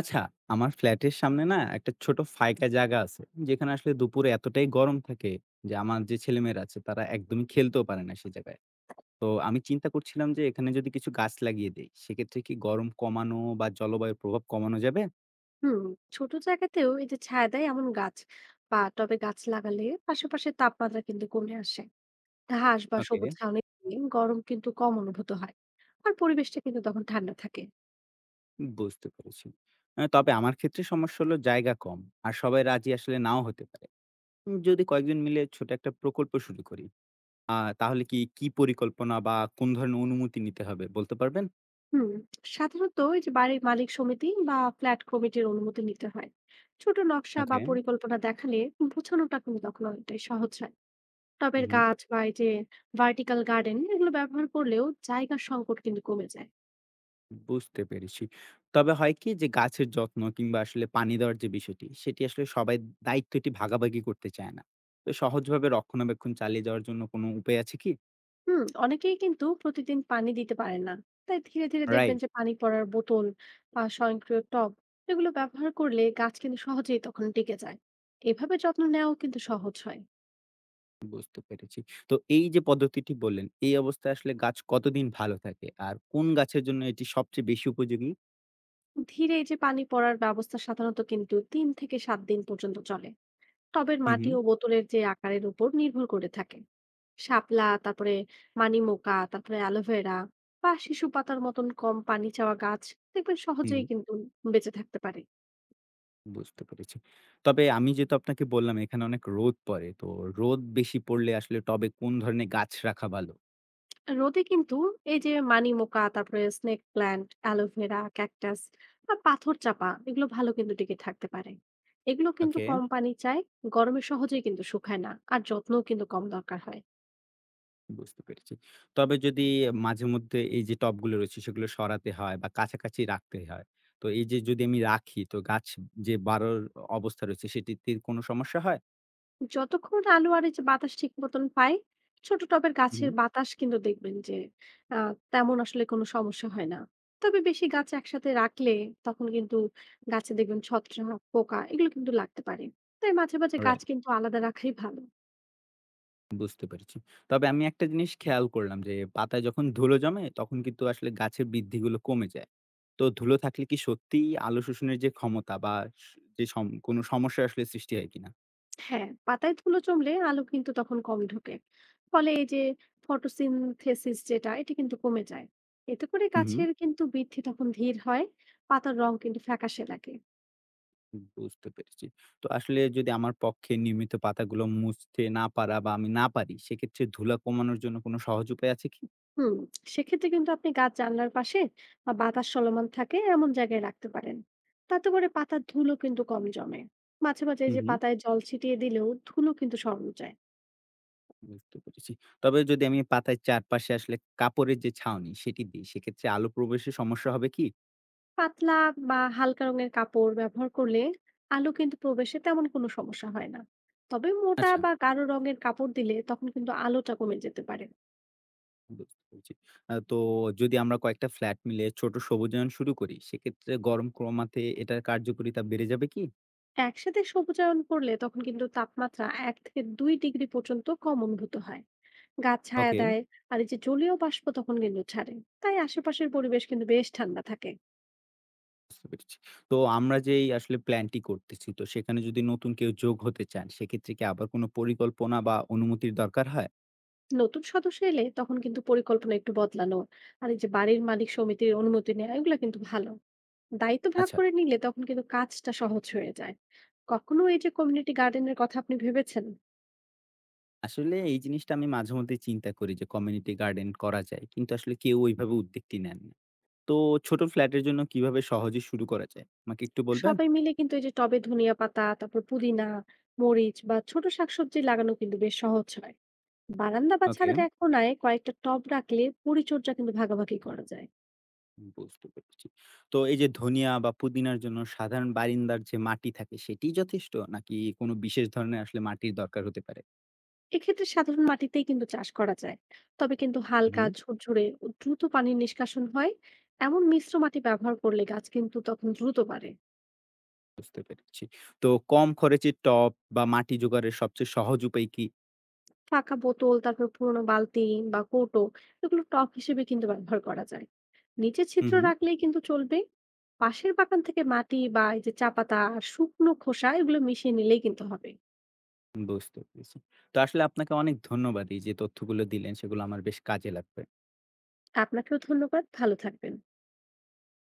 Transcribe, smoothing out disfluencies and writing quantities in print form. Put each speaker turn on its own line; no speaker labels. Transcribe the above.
আচ্ছা, আমার ফ্ল্যাটের সামনে না একটা ছোট ফাঁকা জায়গা আছে। যেখানে আসলে দুপুরে এতটাই গরম থাকে যে, আমার যে ছেলেমেয়েরা আছে তারা একদমই খেলতেও পারে না সে জায়গায়। তো আমি চিন্তা করছিলাম যে এখানে যদি কিছু গাছ লাগিয়ে দেই, সেক্ষেত্রে কি গরম কমানো বা জলবায়ুর প্রভাব কমানো যাবে?
হুম। ছোট জায়গাতেও এই যে ছায়া দেয় এমন গাছ বা টবে গাছ লাগালে আশেপাশে তাপমাত্রা কিন্তু কমে আসে। ঘাস বা
ওকে,
সবুজ ছাউনি দিলে গরম কিন্তু কম অনুভূত হয়, আর পরিবেশটা কিন্তু তখন ঠান্ডা থাকে।
বুঝতে পেরেছি। তবে আমার ক্ষেত্রে সমস্যা হলো জায়গা কম। আর সবাই রাজি আসলে নাও হতে পারে। যদি কয়েকজন মিলে ছোট একটা প্রকল্প শুরু করি, আ তাহলে কি পরিকল্পনা বা কোন ধরনের অনুমতি নিতে হবে বলতে পারবেন?
হুম। সাধারণত এই যে বাড়ির মালিক সমিতি বা ফ্ল্যাট কমিটির অনুমতি নিতে হয়। ছোট নকশা বা
ওকে,
পরিকল্পনা দেখালে বোঝানোটা কিন্তু তখন অনেকটাই সহজ হয়। টবের
উহু।
গাছ বা এই যে ভার্টিক্যাল গার্ডেন এগুলো ব্যবহার করলেও জায়গার সংকট কিন্তু কমে যায়।
বুঝতে পেরেছি। তবে হয় কি যে গাছের যত্ন কিংবা আসলে পানি দেওয়ার যে বিষয়টি, সেটি আসলে সবাই দায়িত্বটি ভাগাভাগি করতে চায় না। তো সহজভাবে রক্ষণাবেক্ষণ চালিয়ে যাওয়ার জন্য কোনো উপায় আছে কি?
হুম। অনেকেই কিন্তু প্রতিদিন পানি দিতে পারেন না, তাই ধীরে ধীরে দেখবেন
রাইট,
যে পানি পড়ার বোতল বা স্বয়ংক্রিয় টব এগুলো ব্যবহার করলে গাছ কিন্তু সহজেই তখন টিকে যায়। এভাবে যত্ন নেওয়াও কিন্তু সহজ হয়।
বুঝতে পেরেছি। তো এই যে পদ্ধতিটি বললেন, এই অবস্থায় আসলে গাছ কতদিন ভালো থাকে? আর কোন গাছের জন্য এটি সবচেয়ে বেশি উপযোগী?
ধীরে এই যে পানি পড়ার ব্যবস্থা সাধারণত কিন্তু 3 থেকে 7 দিন পর্যন্ত চলে, টবের
হু, হু,
মাটি ও বোতলের যে আকারের উপর নির্ভর করে থাকে। শাপলা, তারপরে মানিমোকা, তারপরে অ্যালোভেরা বা শিশু পাতার মতন কম পানি চাওয়া গাছ দেখবেন
হু, হু,
সহজেই কিন্তু বেঁচে থাকতে পারে।
বুঝতে পেরেছি। তবে আমি যেহেতু আপনাকে বললাম এখানে অনেক রোদ পড়ে, তো রোদ বেশি পড়লে আসলে টবে কোন ধরনের গাছ রাখা ভালো?
রোদে কিন্তু এই যে মানিমুকা, তারপরে স্নেক প্ল্যান্ট, অ্যালোভেরা, ক্যাকটাস বা পাথর চাপা এগুলো ভালো কিন্তু টিকে থাকতে পারে। এগুলো কিন্তু
ওকে।
কম পানি চায়। গরমে সহজেই কিন্তু শুকায় না, আর যত্নও কিন্তু কম দরকার হয়।
বুঝতে পেরেছি। তবে যদি মাঝেমধ্যে এই যে টবগুলো রয়েছে সেগুলো সরাতে হয় বা কাছাকাছি রাখতে হয়। তো এই যে যদি আমি রাখি তো গাছ যে বাড়ার অবস্থা রয়েছে সেটিতে কোনো সমস্যা হয়?
যতক্ষণ আলো আর এই যে বাতাস ঠিক মতন পায়, ছোট টবের গাছের
হুম,
বাতাস কিন্তু দেখবেন যে তেমন আসলে কোনো সমস্যা হয় না। তবে বেশি গাছ একসাথে রাখলে তখন কিন্তু গাছে দেখবেন ছত্রাক, পোকা এগুলো কিন্তু লাগতে পারে। তাই মাঝে মাঝে গাছ
রাইট।
কিন্তু আলাদা রাখাই ভালো।
বুঝতে পেরেছি। তবে আমি একটা জিনিস খেয়াল করলাম যে পাতায় যখন ধুলো জমে তখন কিন্তু আসলে গাছের বৃদ্ধিগুলো কমে যায়। তো ধুলো থাকলে কি সত্যিই আলো শোষণের যে ক্ষমতা বা স যে কোনো সমস্যা আসলে সৃষ্টি হয় কিনা?
হ্যাঁ, পাতায় ধুলো জমলে আলো কিন্তু তখন কম ঢোকে। ফলে এই যে ফটোসিনথেসিস যেটা, এটা কিন্তু কমে যায়। এতে করে
হু, হু।
গাছের কিন্তু বৃদ্ধি তখন ধীর হয়, পাতার রং কিন্তু ফ্যাকাশে লাগে।
বুঝতে পেরেছি। তো আসলে যদি আমার পক্ষে নিয়মিত পাতাগুলো মুছতে না পারা বা আমি না পারি, সেক্ষেত্রে ধুলা কমানোর জন্য কোনো সহজ উপায় আছে কি?
হুম। সেক্ষেত্রে কিন্তু আপনি গাছ জানলার পাশে বা বাতাস চলমান থাকে এমন জায়গায় রাখতে পারেন। তাতে করে পাতার ধুলো কিন্তু কম জমে। মাঝে মাঝে এই
হুম,
যে
হুম।
পাতায় জল ছিটিয়ে দিলেও ধুলো কিন্তু সরানো যায়।
বুঝতে পেরেছি। তবে যদি আমি পাতার চারপাশে আসলে কাপড়ের যে ছাউনি সেটি দিই, সেক্ষেত্রে আলো প্রবেশের সমস্যা হবে কি?
পাতলা বা হালকা রঙের কাপড় ব্যবহার করলে আলো কিন্তু প্রবেশে তেমন কোনো সমস্যা হয় না। তবে মোটা
আচ্ছা।
বা গাঢ় রঙের কাপড় দিলে তখন কিন্তু আলোটা কমে যেতে পারে।
বুঝতে পেরেছি। তো যদি আমরা কয়েকটা ফ্ল্যাট মিলে ছোট সবুজায়ন শুরু করি, সেক্ষেত্রে গরম কমাতে এটার কার্যকারিতা বেড়ে যাবে কি?
একসাথে সবুজায়ন করলে তখন কিন্তু তাপমাত্রা 1 থেকে 2 ডিগ্রি পর্যন্ত কম অনুভূত হয়। গাছ ছায়া
ওকে।
দেয়, আর এই যে জলীয় বাষ্প তখন কিন্তু ছাড়ে। তাই আশেপাশের পরিবেশ কিন্তু বেশ ঠান্ডা থাকে।
বুঝতে পেরেছি। তো আমরা যে এই আসলে প্ল্যানটি করতেছি, তো সেখানে যদি নতুন কেউ যোগ হতে চান, সেক্ষেত্রে কি আবার কোনো পরিকল্পনা বা অনুমতির দরকার হয়?
নতুন সদস্য এলে তখন কিন্তু পরিকল্পনা একটু বদলানো আর এই যে বাড়ির মালিক সমিতির অনুমতি নেওয়া এগুলো কিন্তু ভালো। দায়িত্ব ভাগ
আচ্ছা।
করে নিলে তখন কিন্তু কাজটা সহজ হয়ে যায়। কখনো এই যে কমিউনিটি গার্ডেনের কথা আপনি ভেবেছেন?
আসলে এই জিনিসটা আমি মাঝেমধ্যেই চিন্তা করি যে কমিউনিটি গার্ডেন করা যায়। কিন্তু আসলে কেউ ওইভাবে উদ্যোগটি নেন না। তো ছোট ফ্ল্যাটের জন্য কিভাবে সহজে শুরু করা যায়? আমাকে একটু বলবেন?
সবাই মিলে কিন্তু এই যে টবে ধনিয়া পাতা, তারপর পুদিনা, মরিচ বা ছোট শাকসবজি লাগানো কিন্তু বেশ সহজ হয়। বারান্দা বা
ওকে।
ছাদের এক কোনায় কয়েকটা টব রাখলে পরিচর্যা কিন্তু ভাগাভাগি করা যায়।
বুঝতে পেরেছি। তো এই যে ধনিয়া বা পুদিনার জন্য সাধারণ বারিন্দার যে মাটি থাকে, সেটিই যথেষ্ট? নাকি কোনো বিশেষ ধরনের আসলে মাটির দরকার হতে পারে?
এক্ষেত্রে সাধারণ মাটিতেই কিন্তু চাষ করা যায়। তবে কিন্তু হালকা ঝুরঝুরে ও দ্রুত পানির নিষ্কাশন হয় এমন মিশ্র মাটি ব্যবহার করলে গাছ কিন্তু তখন দ্রুত বাড়ে।
বুঝতে পেরেছি। তো কম খরচে টব বা মাটি জোগাড়ের সবচেয়ে সহজ উপায় কি?
ফাঁকা বোতল, তারপর পুরোনো বালতি বা কৌটো এগুলো টব হিসেবে কিন্তু ব্যবহার করা যায়। নিচে
হুম,
ছিদ্র
হুম।
রাখলেই কিন্তু চলবে। পাশের বাগান থেকে মাটি বা এই যে চা পাতা আর শুকনো খোসা এগুলো মিশিয়ে নিলেই কিন্তু হবে।
বুঝতে পেরেছি। তো আসলে আপনাকে অনেক ধন্যবাদ। এই যে তথ্যগুলো দিলেন সেগুলো আমার বেশ কাজে লাগবে।
আপনাকেও ধন্যবাদ, ভালো থাকবেন।